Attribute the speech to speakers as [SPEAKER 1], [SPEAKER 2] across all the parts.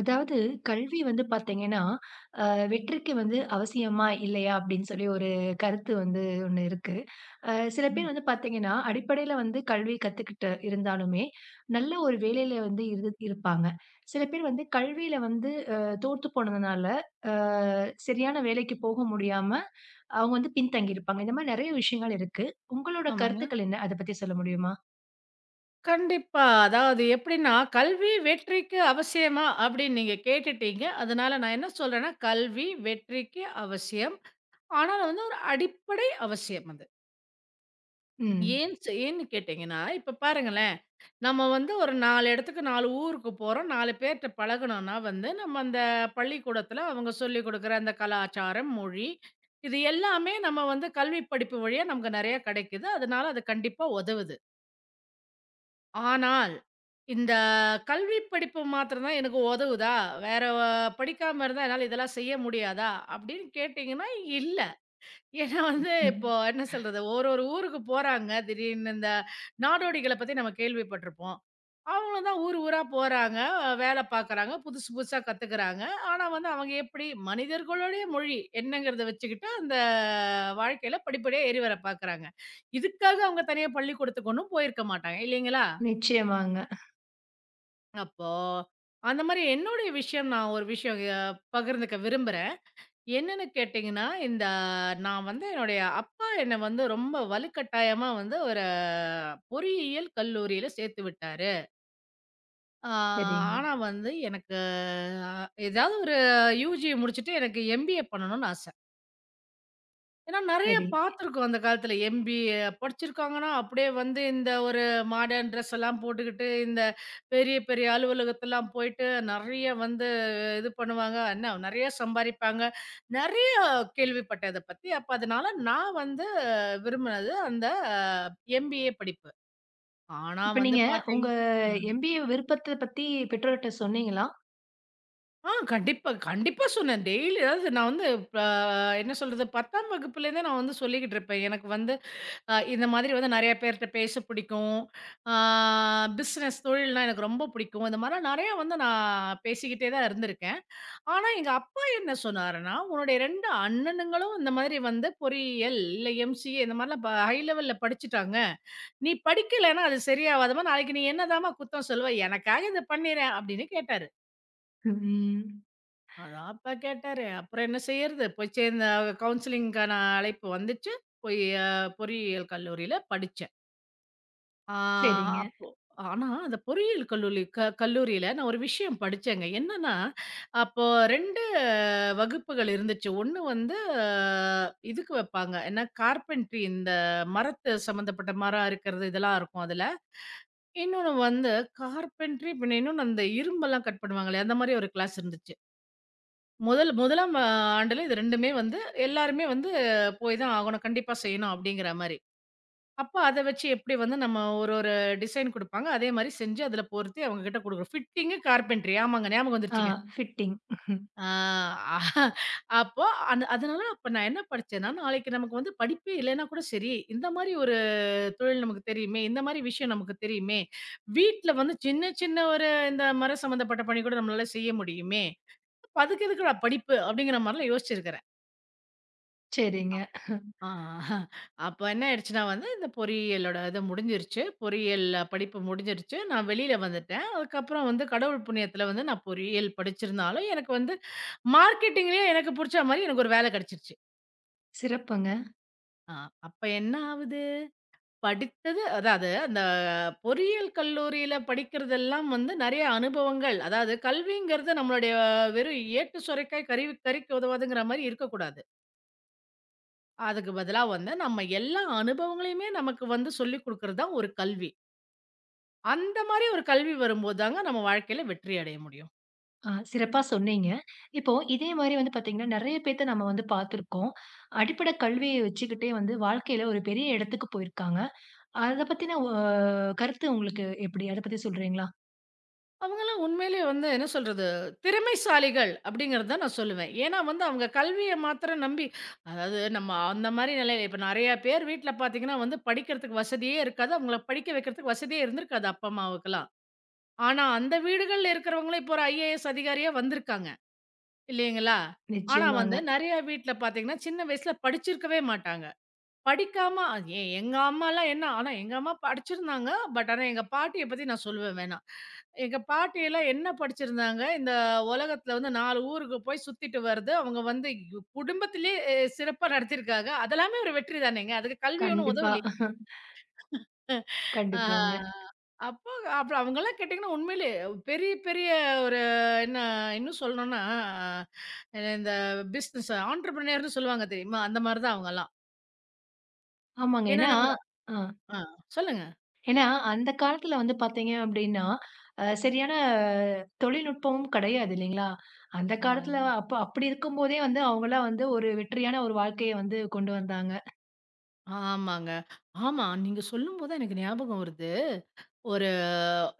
[SPEAKER 1] அதாவது கல்வி வந்து பார்த்தீங்கன்னா, அ வெற்றிக்கு வந்து அவசியமா? இல்லையா? அப்படின்னு சொல்லி ஒரு கருத்து வந்து ஒண்ணு இருக்கு. சில பேர்
[SPEAKER 2] ம்.
[SPEAKER 1] வந்து பார்த்தீங்கன்னா, அடிப்படையில வந்து கல்வி கத்துக்கிட்டு இருந்தாலுமே, நல்ல ஒரு வேலையில வந்து இருப்பாங்க. சில பேர் வந்து கல்வியில வந்து தோத்து போனதுனால, அ சரியான வேலைக்கு போக முடியாம, அவங்க வந்து பின்தங்கி இருப்பாங்க. இந்த மாரி நெறைய விஷயங்கள் இருக்கு. உங்களோட
[SPEAKER 2] ஆமாங்க.
[SPEAKER 1] கருத்துக்கள் என்ன? அத பத்தி சொல்ல முடியுமா?
[SPEAKER 2] கண்டிப்பா. அதாவது எப்படின்னா, "கல்வி வெற்றிக்கு அவசியமா?" அப்படின்னு நீங்க கேட்டுட்டீங்க. அதனால நான் என்ன சொல்றேன்னா, கல்வி வெற்றிக்கு அவசியம். ஆனா அது வந்து ஒரு அடிப்படை அவசியம் அது.
[SPEAKER 1] ம்.
[SPEAKER 2] ஏன்னு கேட்டீங்கன்னா, இப்ப பாருங்களேன், நம்ம வந்து ஒரு 4 இடத்துக்கு 4 ஊருக்கு போறோம். 4 பேர்ட்ட பழகணும்னா வந்து, நம்ம அந்த பள்ளிக்கூடத்துல அவங்க சொல்லிக் குடுக்குற அந்த கலாச்சாரம், மொழி, இது எல்லாமே நம்ம வந்து கல்வி படிப்பு வழியா நமக்கு நெறைய கிடைக்குது. அதனால அது கண்டிப்பா உதவுது. ஆனால், இந்த கல்வி படிப்பு மாத்திரம் தான் எனக்கு உதவுதா? வேற படிக்காம இருந்தா என்னால இதெல்லாம் செய்ய முடியாதா? அப்படின்னு கேட்டீங்கன்னா, இல்ல. ஏன்னா வந்து
[SPEAKER 1] ம்.
[SPEAKER 2] இப்போ என்ன சொல்றது? ஒரு ஒரு ஊருக்கு போறாங்க. திடீர்னு இந்த நாடோடிகள பத்தி நம்ம கேள்விப்பட்டிருப்போம். அவங்களும் தான் ஊர் ஊரா போறாங்க. வேலை பார்க்குறாங்க. புதுசு புதுசா கத்துக்கிறாங்க. ஆனா வந்து அவங்க எப்படி மனிதர்களுடைய மொழி என்னங்கிறத வச்சுக்கிட்டு, அந்த வாழ்க்கையில படிப்படியா ஏறி வர பார்க்குறாங்க. இதுக்காக அவங்க தனியா பள்ளிக்கூடத்துக்கு ஒண்ணும் போயிருக்க மாட்டாங்க. இல்லைங்களா?
[SPEAKER 1] நிச்சயமாங்க.
[SPEAKER 2] அப்போ, அந்த மாரி என்னுடைய விஷயம் நான் ஒரு விஷயம் பகிர்ந்துக்க விரும்புறேன். என்னன்னு கேட்டீங்கன்னா, இந்த நான் வந்து என்னுடைய அப்பா என்ன வந்து ரொம்ப வலுக்கட்டாயமா வந்து ஒரு பொறியியல் கல்லூரியில சேர்த்து விட்டாரு. ஆ
[SPEAKER 1] சரிங்க.
[SPEAKER 2] ஆனா வந்து எனக்கு அ ஏதாவது ஒரு யுஜி முடிச்சுட்டு எனக்கு எம்பிஏ பண்ணணும்னு ஆச. ஏன்னா நெறைய
[SPEAKER 1] சரி.
[SPEAKER 2] பார்த்துருக்கோம் அந்த காலத்துல. எம்பிஏ படிச்சிருக்காங்கன்னா, அப்படியே வந்து இந்த ஒரு மாடர்ன் ட்ரெஸ் எல்லாம் போட்டுக்கிட்டு, இந்த பெரிய பெரிய அலுவலகத்தெல்லாம் போயிட்டு நெறைய வந்து இது பண்ணுவாங்க. என்ன நெறைய சம்பாரிப்பாங்க. நெறைய கேள்விப்பட்டேன் அத பத்தி. அப்ப அதனால நான் வந்து விரும்பினது அந்த எம்பிஏ படிப்பு. ஆனா
[SPEAKER 1] இப்ப
[SPEAKER 2] வந்து
[SPEAKER 1] நீங்க உங்க MBA விருப்பத்த பத்தி பெற்றோர்ட்ட சொன்னீங்களா?
[SPEAKER 2] கண்டிப்பா, கண்டிப்பா சொன்னேன். டெய்லி அதாவது நான் வந்து ப என்ன சொல்றது 10ஆம் வகுப்புலேருந்தே நான் வந்து சொல்லிக்கிட்டு இருப்பேன். எனக்கு வந்து இந்த மாதிரி வந்து நெறைய பேர்ட்ட பேச பிடிக்கும். ஆ பிசினஸ் தொழில்னா எனக்கு ரொம்ப பிடிக்கும். இந்த மாரிலாம் நெறையா வந்து நான் பேசிக்கிட்டே தான் இருந்திருக்கேன். ஆனா எங்க அப்பா என்ன சொன்னாருன்னா, "உன்னுடைய 2 அண்ணனுங்களும் இந்த மாதிரி வந்து பொறியியல், இல்ல எம்சிஏ இந்த மாரிலாம் ஹை லெவல்ல படிச்சுட்டாங்க. நீ படிக்கலன்னா அது சரியாவாதும்மா. நாளைக்கு நீ என்னதாம்மா குத்தம் சொல்லுவ? எனக்காக இத பண்ணிறேன்" அப்படின்னு கேட்டாரு.
[SPEAKER 1] ம்.
[SPEAKER 2] அதான் அப்பா கேட்டாரு. அப்புறம் என்ன செய்யறது? போய் சேர்ந்த கவுன்சிலிங்க்கான அழைப்பு வந்துச்சு. போய் பொறியியல் கல்லூரியில படிச்சேன். ஆ
[SPEAKER 1] சரிங்க.
[SPEAKER 2] அப்போ ஆனா, அந்த பொறியியல் கல்லூலி க கல்லூரியில நான் ஒரு விஷயம் படிச்சேங்க. என்னன்னா, அப்போ 2 வகுப்புகள் இருந்துச்சு. 1 வந்து இதுக்கு வைப்பாங்க. என்ன கார்பென்ட்ரி இந்த மரத்து சம்மந்தப்பட்ட மரம் அறுக்கிறது இதெல்லாம் இருக்கும் அதுல. இன்னொன்னு வந்து கார்பென்ட்ரி பின்ன இன்னொன்னு அந்த இரும்பெல்லாம் கட் பண்ணுவாங்களே, அந்த மாரி ஒரு கிளாஸ் இருந்துச்சு. முதல் முதலாம் ஆண்டுல இது 2மே வந்து எல்லாருமே வந்து போய் தான் ஆகணும். கண்டிப்பா செய்யணும் அப்படிங்கிற மாரி. அப்ப அத வச்சு எப்படி வந்து நம்ம ஒரு ஒரு டிசைன் குடுப்பாங்க. அதே மாரி செஞ்சு அதுல பொருத்தி அவங்ககிட்ட குடுக்குறோம். ஃபிட்டிங்கு, கார்பென்ட்ரி ஆமாங்க ஞாபகம்
[SPEAKER 1] ஆ
[SPEAKER 2] வந்துருச்சுங்க.
[SPEAKER 1] ஃபிட்டிங்.
[SPEAKER 2] ஆ அப்போ அந்த அதனால அப்ப நான் என்ன படிச்சேன்னா, நாளைக்கு நமக்கு வந்து படிப்பே இல்லன்னா கூட சரி, இந்த மாரி ஒரு தொழில் நமக்கு தெரியுமே, இந்த மாரி விஷயம் நமக்கு தெரியுமே. வீட்ல வந்து சின்ன சின்ன ஒரு இந்த மரம் சம்மந்தப்பட்ட பணி கூட நம்மளால செய்ய முடியுமே. அப்ப அதுக்கு எதுக்குடா படிப்பு? அப்படிங்கிற மாரிலாம் யோசிச்சிருக்கிறேன்.
[SPEAKER 1] சரிங்க.
[SPEAKER 2] ஆ. அப்ப என்ன ஆயிடுச்சுன்னா வந்து, இந்த பொறியியலோட இது முடிஞ்சிருச்சு. பொறியியல் படிப்பு முடிஞ்சிருச்சு. நான் வெளியில வந்துட்டேன். அதுக்கப்புறம் வந்து கடவுள் புண்ணியத்துல வந்து நான் பொறியியல் படிச்சிருந்தாலும், எனக்கு வந்து மார்க்கெட்டிங்லயே எனக்கு புடிச்ச மாரி எனக்கு ஒரு வேலை கிடைச்சிருச்சு.
[SPEAKER 1] சிறப்புங்க.
[SPEAKER 2] ஆ அப்ப என்ன ஆவுது? படித்தது அதாவது அந்த பொறியியல் கல்லூரியில படிக்கிறதெல்லாம் வந்து நெறைய அனுபவங்கள். அதாவது கல்விங்கிறது நம்மளுடைய வெறும் ஏட்டு சுரைக்காய் கருவி கறிக்கு உதவாதுங்கிற மாரி இருக்கக்கூடாது. அதுக்கு பதிலா வந்து நம்ம எல்லா அனுபவங்களையுமே நமக்கு வந்து சொல்லிக் குடுக்குறது தான் ஒரு கல்வி. அந்த மாரி ஒரு கல்வி வரும்போது தாங்க நம்ம வாழ்க்கையில வெற்றி அடைய முடியும்.
[SPEAKER 1] ஆ, சிறப்பா சொன்னீங்க. இப்போ இதே மாரி வந்து பார்த்தீங்கன்னா, நெறைய பேத்த நம்ம வந்து பார்த்துருக்கோம். அடிப்படை கல்விய வச்சுக்கிட்டே வந்து வாழ்க்கையில ஒரு பெரிய இடத்துக்கு போயிருக்காங்க. அத பத்தின கருத்து உங்களுக்கு எப்படி? அத பத்தி சொல்றீங்களா?
[SPEAKER 2] அவங்கலாம் உண்மையிலேயே வந்து என்ன சொல்றது, திறமைசாலிகள் அப்படிங்கிறது தான் நான் சொல்லுவேன். ஏன்னா வந்து அவங்க கல்விய மாத்திரம் நம்பி அதாவது நம்ம அந்த மாரி நிலையில இப்ப நெறைய பேர் வீட்ல பார்த்தீங்கன்னா வந்து படிக்கிறதுக்கு வசதியே இருக்காது. அவங்கள படிக்க வைக்கிறதுக்கு வசதியே இருந்திருக்காது அப்பா, அம்மாவுக்கெல்லாம். ஆனா அந்த வீடுகள்ல இருக்கிறவங்களும் இப்போ ஒரு ஐஏஎஸ் அதிகாரியா வந்திருக்காங்க. இல்லைங்களா? ஆனா வந்து
[SPEAKER 1] நிச்சயமாங்க.
[SPEAKER 2] நெறையா வீட்ல பார்த்தீங்கன்னா, சின்ன வயசுல படிச்சிருக்கவே மாட்டாங்க. படிக்காம அது எங்க அம்மாலாம் என்ன ஆனா எங்க அம்மா படிச்சிருந்தாங்க. ஆனா எங்க பாட்டிய பத்தி நான் சொல்லுவேன் வேணா. எங்க பாட்டியெல்லாம் என்ன படிச்சிருந்தாங்க, இந்த உலகத்துல வந்து 4 ஊருக்கு போய் சுத்திட்டு வர்றது, அவங்க வந்து குடும்பத்திலேயே சிறப்பா நடத்தியிருக்காங்க. அதெல்லாமே ஒரு வெற்றி தானேங்க. அதுக்கு கல்வி ஒண்ணும்
[SPEAKER 1] கண்டிப்பா.
[SPEAKER 2] உதவலயே. ஆஹா.
[SPEAKER 1] கண்டிப்பாங்க.
[SPEAKER 2] அப்போ அப்ப அவங்கலாம் கேட்டீங்கன்னா உண்மையிலேயே பெரிய பெரிய ஒரு என்ன இன்னும் சொல்லணும்னா, இந்த பிசினஸ் ஆன்டர்பிரினியர்ன்னு சொல்லுவாங்க தெரியுமா? அந்த மாரி தான் அவங்கலாம்.
[SPEAKER 1] ஆமாங்க.
[SPEAKER 2] ஏன்னா
[SPEAKER 1] ஏன்னா
[SPEAKER 2] நம்ம
[SPEAKER 1] ஆ.
[SPEAKER 2] ஆ சொல்லுங்க.
[SPEAKER 1] ஏன்னா, அந்த காலத்துல வந்து பாத்தீங்க அப்டின்னா, சரியான தொழில்நுட்பமும் கெடையாது இல்லைங்களா? அந்த காலத்துல
[SPEAKER 2] ஆமாங்க.
[SPEAKER 1] அப்ப அப்படி இருக்கும்போதே வந்து அவங்கலாம் வந்து ஒரு வெற்றியான ஒரு வாழ்க்கைய வந்து கொண்டு வந்தாங்க.
[SPEAKER 2] ஆமாங்க. ஆமா. நீங்க சொல்லும்போது தான் எனக்கு ஞாபகம் வருது. ஒரு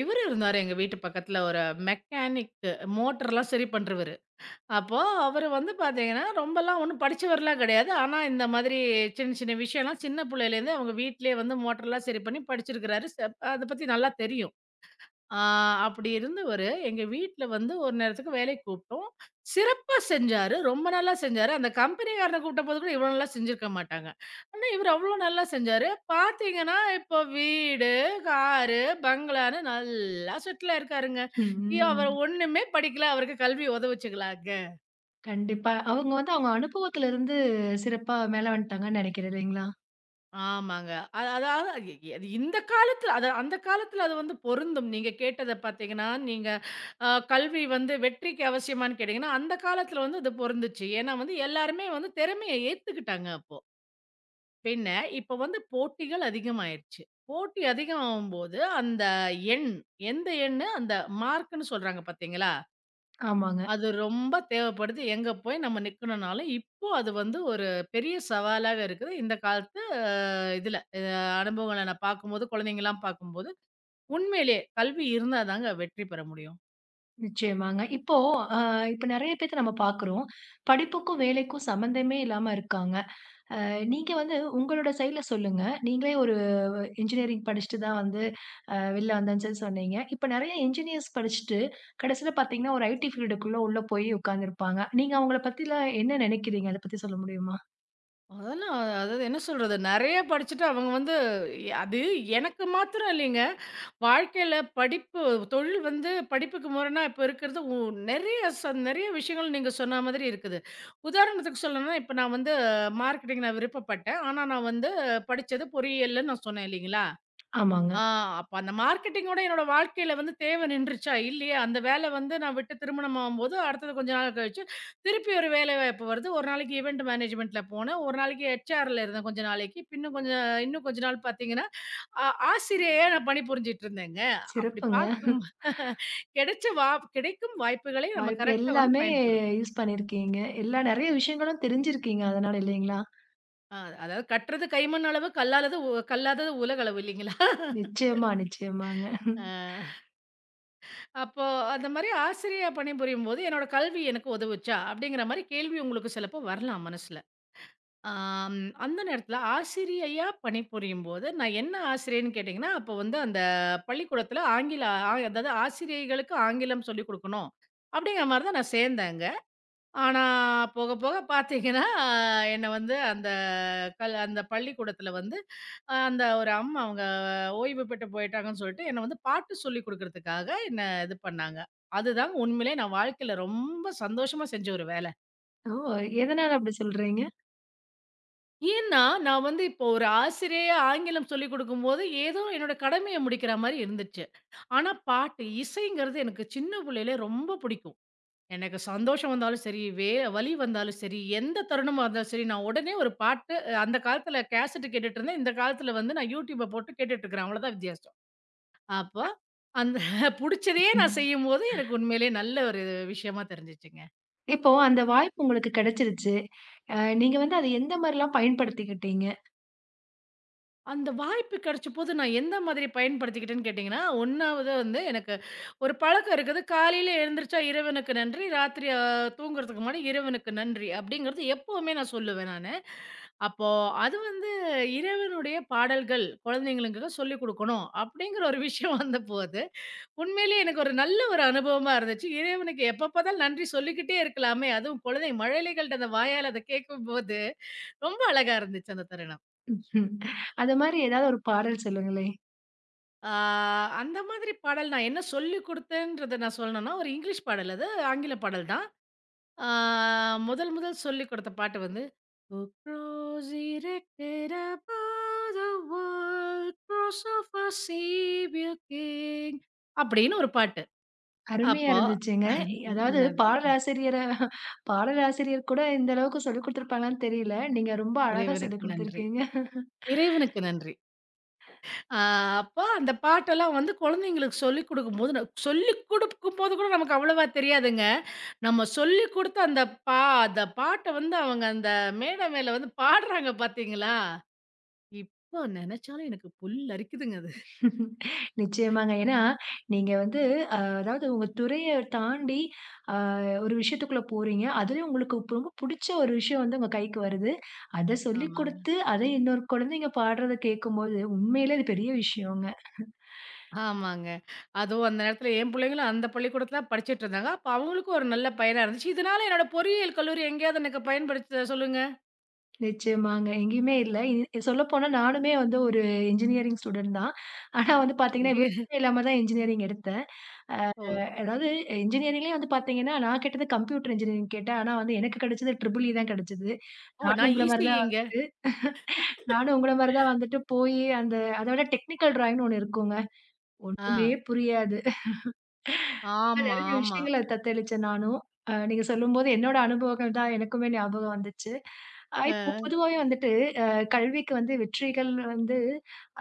[SPEAKER 2] இவரு இருந்தாரு எங்க வீட்டு பக்கத்துல ஒரு மெக்கானிக் மோட்டர்லாம் சரி பண்றவரு. அப்போ அவரு வந்து பார்த்தீங்கன்னா, ரொம்பலாம் ஒண்ணும் படிச்சவர்லாம் கிடையாது. ஆனா, இந்த மாதிரி சின்ன சின்ன விஷயம்லாம் சின்ன புள்ளையிலேருந்தே அவங்க வீட்லயே வந்து மோட்டர்லாம் சரி பண்ணி படிச்சிருக்கிறாரு. அத பத்தி நல்லா தெரியும். ஆ அப்படி இருந்தவரு, எங்க வீட்ல வந்து ஒரு நேரத்துக்கு வேலைக்கு கூப்பிட்டோம். சிறப்பா செஞ்சாரு. ரொம்ப நல்லா செஞ்சாரு. அந்த கம்பெனிக்காரன கூப்பிட்டபோது கூட இவ்வளோ நல்லா செஞ்சிருக்க மாட்டாங்க. ஆனா, இவரு அவ்வளோ நல்லா செஞ்சாரு. பார்த்தீங்கன்னா, இப்போ வீடு, காரு, பங்களான்னு நல்லா செட்டில் ஆயிருக்காருங்க.
[SPEAKER 1] ம்.
[SPEAKER 2] அவரு ஒண்ணுமே படிக்கல. அவருக்கு கல்வி உதவுச்சுங்களா?
[SPEAKER 1] கண்டிப்பா. அவங்க வந்து அவங்க அனுபவத்துல இருந்து சிறப்பா மேல வந்துட்டாங்கன்னு நெனைக்கிறேன் இல்லைங்களா?
[SPEAKER 2] ஆமாங்க. அதாவது அது அது இந்த காலத்துல அது அந்த காலத்துல அது வந்து பொருந்தும். நீங்க கேட்டத பார்த்தீங்கன்னா, நீங்க கல்வி வந்து வெற்றிக்கு அவசியமான்னு கேட்டீங்கன்னா, அந்த காலத்துல வந்து அது பொருந்துச்சு. ஏன்னா வந்து எல்லாருமே வந்து திறமைய ஏத்துக்கிட்டாங்க அப்போ. பின்ன இப்ப வந்து போட்டிகள் அதிகமாயிருச்சு. போட்டி அதிகமாகும்போது, அந்த எண் எந்த எண்ணு அந்த மார்க்ன்னு சொல்றாங்க பார்த்தீங்களா?
[SPEAKER 1] ஆமாங்க.
[SPEAKER 2] அது ரொம்ப தேவைப்படுது. எங்க போய் நம்ம நிக்கணும்னாலும், இப்போ அது வந்து ஒரு பெரிய சவாலாவே இருக்குது. இந்த காலத்து இதுல அனுபவங்கள நான் பார்க்கும்போது, குழந்தைங்கலாம் பார்க்கும்போது, உண்மையிலேயே கல்வி இருந்தா தாங்க வெற்றி பெற முடியும்.
[SPEAKER 1] நிச்சயமாங்க. அ இப்ப நெறைய பேத்த நம்ம பாக்குறோம். படிப்புக்கும், வேலைக்கும் சம்மந்தமே இல்லாம இருக்காங்க. நீங்க வந்து உங்களோட சைட்ல சொல்லுங்க. நீங்களே ஒரு இன்ஜினியரிங் படிச்சுட்டு தான் வந்து வெளில வந்தேன்னு சொல்லி சொன்னீங்க. இப்ப நெறைய இன்ஜினியர்ஸ் படிச்சுட்டு, கடைசியில பார்த்தீங்கன்னா, ஒரு IT ஃபீல்டுக்குள்ள உள்ள போய் உட்கார்ந்திருப்பாங்க. நீங்க அவங்கள பத்திலாம் என்ன நெனைக்கிறீங்க? அத பத்தி சொல்ல முடியுமா?
[SPEAKER 2] அதெல்லாம் அதாவது என்ன சொல்றது? நெறைய படிச்சுட்டு அவங்க வந்து அது எனக்கு மாத்திரம் இல்லைங்க. வாழ்க்கையில படிப்பு தொழில் வந்து படிப்புக்கு முரணா இப்ப இருக்கிறது நெறைய நெறைய விஷயங்கள் நீங்க சொன்ன மாதிரி இருக்குது. உதாரணத்துக்கு சொல்லணும்னா, இப்ப நான் வந்து மார்க்கெட்டிங் நான் விருப்பப்பட்டேன். ஆனா நான் வந்து படிச்சது பொறியியல்ன்னு நான் சொன்னேன் இல்லைங்களா?
[SPEAKER 1] ஆமாங்க.
[SPEAKER 2] ஆ அப்ப அந்த மார்க்கெட்டிங்கோட என்னோட வாழ்க்கையில வந்து தேவை நின்றுச்சா? இல்லையா? அந்த வேலை வந்து நான் விட்டு திருமணம் ஆகும்போது, அடுத்தது கொஞ்ச நாள் கழிச்சு திருப்பி ஒரு வேலைவாய்ப்பு வருது. ஒரு நாளைக்கு இவெண்ட் மேனேஜ்மென்ட்ல போனேன். ஒரு நாளைக்கு ஹெச்ஆர்ல இருந்தேன் கொஞ்ச நாளைக்கு. பின்னும் கொஞ்சம் இன்னும் கொஞ்ச நாள் பார்த்தீங்கன்னா ஆ ஆசிரியையா நான் பணிபுரிஞ்சுட்டு இருந்தேங்க. அப்படி
[SPEAKER 1] சிறப்புங்க.
[SPEAKER 2] பார்க்கும் கிடைச்ச வா கிடைக்கும் வாய்ப்புகளை நம்ம
[SPEAKER 1] வாய்ப்பு
[SPEAKER 2] கரெக்ட்டா வந்து
[SPEAKER 1] எல்லாமே
[SPEAKER 2] பயன்படுத்தணும்.
[SPEAKER 1] யூஸ் பண்ணியிருக்கீங்க. எல்லா நெறைய விஷயங்களும் தெரிஞ்சிருக்கீங்க அதனால இல்லைங்களா?
[SPEAKER 2] அ அதாவது கற்றது கைமண் அளவு, கல்லாலது உ கல்லாதது உலகளவு இல்லைங்களா?
[SPEAKER 1] நிச்சயமா, நிச்சயமாங்க.
[SPEAKER 2] அ அப்போ அந்த மாரி ஆசிரியையா பணிபுரியும்போது, என்னோட கல்வி எனக்கு உதவுச்சா? அப்படிங்கிற மாரி கேள்வி உங்களுக்கு சிலப்போ வரலாம் மனசுல. ஆம் அந்த நேரத்தில ஆசிரியையா பணிபுரியும்போது, நான் என்ன ஆசிரியைன்னு கேட்டீங்கன்னா, அப்போ வந்து அந்த பள்ளிக்கூடத்தில ஆங்கில அதாவது ஆசிரியைகளுக்கு ஆங்கிலம் சொல்லிக் குடுக்கணும். அப்படிங்கிற மாரி தான் நான் சேர்ந்தேங்க. ஆனா, போக போக பார்த்தீங்கன்னா, என்ன வந்து அந்த அந்த பள்ளிக்கூடத்தில வந்து, அந்த ஒரு அம்மா அவங்க ஓய்வு பெற்று போயிட்டாங்கன்னு சொல்லிட்டு, என்ன வந்து பாட்டு சொல்லிக் குடுக்குறதுக்காக என்ன இது பண்ணாங்க. அதுதாங்க உண்மையிலேயே நான் வாழ்க்கையில ரொம்ப சந்தோஷமா செஞ்ச ஒரு வேல.
[SPEAKER 1] ஓ! எதனால அப்படி சொல்றீங்க?
[SPEAKER 2] ஏன்னா, நான் வந்து இப்போ ஒரு ஆசிரியையா ஆங்கிலம் சொல்லிக் குடுக்கும்போது, ஏதோ என்னோட கடமைய முடிக்கிற மாரி இருந்துச்சு. ஆனா பாட்டு, இசைங்கிறது எனக்கு சின்ன புள்ளையிலே ரொம்ப பிடிக்கும். எனக்கு சந்தோஷம் வந்தாலும் சரி, வலி வந்தாலும் சரி, எந்த தருணமா இருந்தாலும் சரி, நான் உடனே ஒரு பாட்டு அந்த காலத்துல கேசெட் கேட்டுட்டு இருந்தேன். இந்த காலத்துல வந்து நான் YouTubeஅ போட்டு கேட்டுட்டு இருக்கிறேன். அவ்வளோதான் வித்தியாசம். அப்போ அந்த புடிச்சதையே நான்
[SPEAKER 1] ம்.
[SPEAKER 2] செய்யும்போது, எனக்கு உண்மையிலேயே நல்ல ஒரு விஷயமா தெரிஞ்சுச்சுங்க.
[SPEAKER 1] இப்போ அந்த வாய்ப்பு உங்களுக்கு கிடைச்சிருச்சு. அ நீங்க வந்து அத எந்த மாரிலாம் பயன்படுத்திக்கிட்டீங்க?
[SPEAKER 2] அந்த வாய்ப்பு கிடைச்சபோது நான் எந்த மாதிரி பயன்படுத்திக்கிட்டேன்னு கேட்டீங்கன்னா, 1வது வந்து எனக்கு ஒரு பழக்கம் இருக்குது. காலையில எழுந்திரிச்சா இறைவனுக்கு நன்றி, ராத்திரி தூங்குறதுக்கு முன்னாடி இறைவனுக்கு நன்றி அப்படிங்கிறது எப்பவுமே நான் சொல்லுவேன் நானு. அப்போ அது வந்து இறைவனுடைய பாடல்கள் குழந்தைங்களுக்கு சொல்லிக் குடுக்கணும் அப்படிங்கிற ஒரு விஷயம் வந்தபோது, உண்மையிலேயே எனக்கு ஒரு நல்ல ஒரு அனுபவமா இருந்துச்சு. இறைவனுக்கு எப்ப பார்த்தாலும் நன்றி சொல்லிக்கிட்டே இருக்கலாமே! அதுவும் குழந்தை மழலைகள்ட்ட அந்த வாயால அத கேட்கும்போது, ரொம்ப அழகா இருந்துச்சு அந்த தருணம்.
[SPEAKER 1] அந்த மாரி ஏதாவது ஒரு பாடல் சொல்லுங்களேன்.
[SPEAKER 2] ஆ அந்த மாதிரி பாடல் நான் என்ன சொல்லிக் குடுத்தேன்றத நான் சொல்லணும்னா, ஒரு இங்கிலீஷ் பாடல் அது. ஆங்கில பாடல் தான். ஆ, முதல் முதல் சொல்லிக் கொடுத்த பாட்டு வந்து "உக்ரோஸ் erected above the world, cross of our Savior King" அப்படின்னு ஒரு பாட்டு.
[SPEAKER 1] அருமையா
[SPEAKER 2] அப்போ
[SPEAKER 1] இருந்துச்சுங்க. அதாவது
[SPEAKER 2] நன்றிங்க.
[SPEAKER 1] பாடலாசிரியர் கூட இந்த அளவுக்கு சொல்லிக் குடுத்துருப்பாங்களான்னு தெரியல. நீங்க ரொம்ப அழகா சொல்லிக்
[SPEAKER 2] இறைவனுக்கு நன்றி.
[SPEAKER 1] குடுத்துருக்கீங்க.
[SPEAKER 2] இறைவனுக்கு நன்றி. ஆ அப்போ அந்த பாட்டெல்லாம் வந்து குழந்தைங்களுக்கு சொல்லிக் கொடுக்கும்போது சொல்லிக் கொடுக்கும்போது கூட நமக்கு அவ்வளவா தெரியாதுங்க. நம்ம சொல்லிக் கொடுத்து அந்த பா அந்த பாட்ட வந்து அவங்க அந்த மேடை மேல வந்து பாடுறாங்க பார்த்தீங்களா? இப்போ நெனச்சாலும் எனக்கு புல்லரிக்குதுங்க அது.
[SPEAKER 1] நிச்சயமாங்க. ஏன்னா, நீங்க வந்து அதாவது உங்க துறைய தாண்டி அ ஒரு விஷயத்துக்குள்ள போறீங்க. அதுலயும் உங்களுக்கு இப்ப ரொம்ப புடிச்ச ஒரு விஷயம் வந்து உங்க கைக்கு வருது. அத சொல்லிக்
[SPEAKER 2] ஆமாங்க.
[SPEAKER 1] குடுத்து, அத இன்னொரு குழந்தைங்க பாடுறத கேட்கும்போது, உண்மையிலே அது பெரிய விஷயங்க.
[SPEAKER 2] ஆமாங்க. அதுவும் அந்த நேரத்துல என் புள்ளைங்களும் அந்த பள்ளிக்கூடத்துல தான் படிச்சுட்ருந்தாங்க. அப்ப அவங்களுக்கும் ஒரு நல்ல பயனா இருந்துச்சு. இதனால என்னோட பொறியியல் கல்லூரி எங்கேயாவது எனக்கு பயன்படுத்துதா சொல்லுங்க?
[SPEAKER 1] நிச்சயமாங்க. எங்கேயுமே இல்ல. சொல்லப்போனா நானுமே வந்து ஒரு இன்ஜினியரிங் ஸ்டூடண்ட் தான். ஆனா வந்து பார்த்தீங்கன்னா, விருப்பமே இல்லாம தான் இன்ஜினியரிங் எடுத்தேன். அ
[SPEAKER 2] ஓ!
[SPEAKER 1] அதாவது இன்ஜினியரிங்லயே வந்து பார்த்தீங்கன்னா, நான் கேட்டது கம்ப்யூட்டர் இன்ஜினியரிங் கேட்டேன். ஆனா வந்து எனக்கு கிடைச்சது ட்ரிபிள் இ தான் கிடைச்சது.
[SPEAKER 2] ஓ!
[SPEAKER 1] நானும்
[SPEAKER 2] நான்
[SPEAKER 1] உங்கள மாரி தான்
[SPEAKER 2] இசிஇங்க.
[SPEAKER 1] நானும் உங்கள மாரி தான் வந்துட்டு போயி அந்த அத விட டெக்னிக்கல் டிராயிங்ன்னு ஒண்ணு இருக்குங்க. ஒண்ணுமே
[SPEAKER 2] ஆ.
[SPEAKER 1] புரியாது. இப்ப
[SPEAKER 2] ஆமா,
[SPEAKER 1] நெறைய
[SPEAKER 2] ஆமா.
[SPEAKER 1] விஷயங்கள தத்தளிச்சேன் நானும். நீங்க சொல்லும்போது என்னோட அனுபவங்கள் தான் எனக்குமே ஞாபகம் வந்துச்சு. இப்போ
[SPEAKER 2] ஆ.
[SPEAKER 1] பொதுவாவே வந்துட்டு கல்விக்கு வந்து வெற்றிகள் வந்து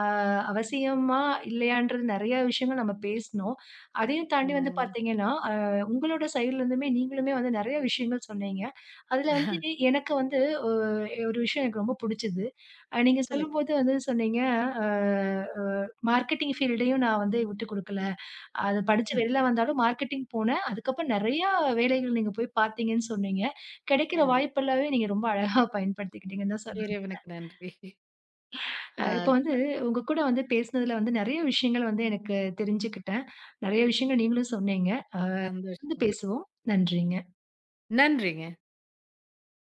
[SPEAKER 1] அ அவசியமா? இல்லையான்றது நெறைய விஷயங்கள் நம்ம பேசினோம். அதையும் தாண்டி வந்து
[SPEAKER 2] ஆமாங்க.
[SPEAKER 1] பார்த்தீங்கன்னா, உங்களோட சைட்லருந்துமே நீங்களுமே வந்து நெறைய விஷயங்கள் சொன்னீங்க. அதில வந்து எனக்கு வந்து ஒ ஒரு விஷயம் எனக்கு ரொம்ப புடிச்சது. நீங்க
[SPEAKER 2] சொல்லுங்க.
[SPEAKER 1] சொல்லும்போது வந்து சொன்னீங்க, அ அ மார்க்கெட்டிங் ஃபீல்டையும் நான் வந்து விட்டு குடுக்கல. அது படிச்சு வெளில வந்தாலும் மார்க்கெட்டிங் போனேன். அதுக்கப்புறம் நெறையா வேலைகள் நீங்க போய் பார்த்தீங்கன்னு சொன்னீங்க. கிடைக்கிற
[SPEAKER 2] கண்டிப்பா.
[SPEAKER 1] வாய்ப்பெல்லாமே நீங்க ரொம்ப அழகா பயன்படுத்திக்கிட்டீங்கன்னு தான் சொல்லணும்.
[SPEAKER 2] இறைவனுக்கு நன்றி. ஆ.
[SPEAKER 1] இப்ப வந்து உங்க கூட வந்து பேசினதுல வந்து நெறைய விஷயங்கள் வந்து எனக்கு தெரிஞ்சுக்கிட்டேன். நெறைய விஷயங்கள் நீங்களும் சொன்னீங்க. அ தொடர்ந்து
[SPEAKER 2] சந்தோஷங்க.
[SPEAKER 1] பேசுவோம். நன்றிங்க.
[SPEAKER 2] நன்றிங்க.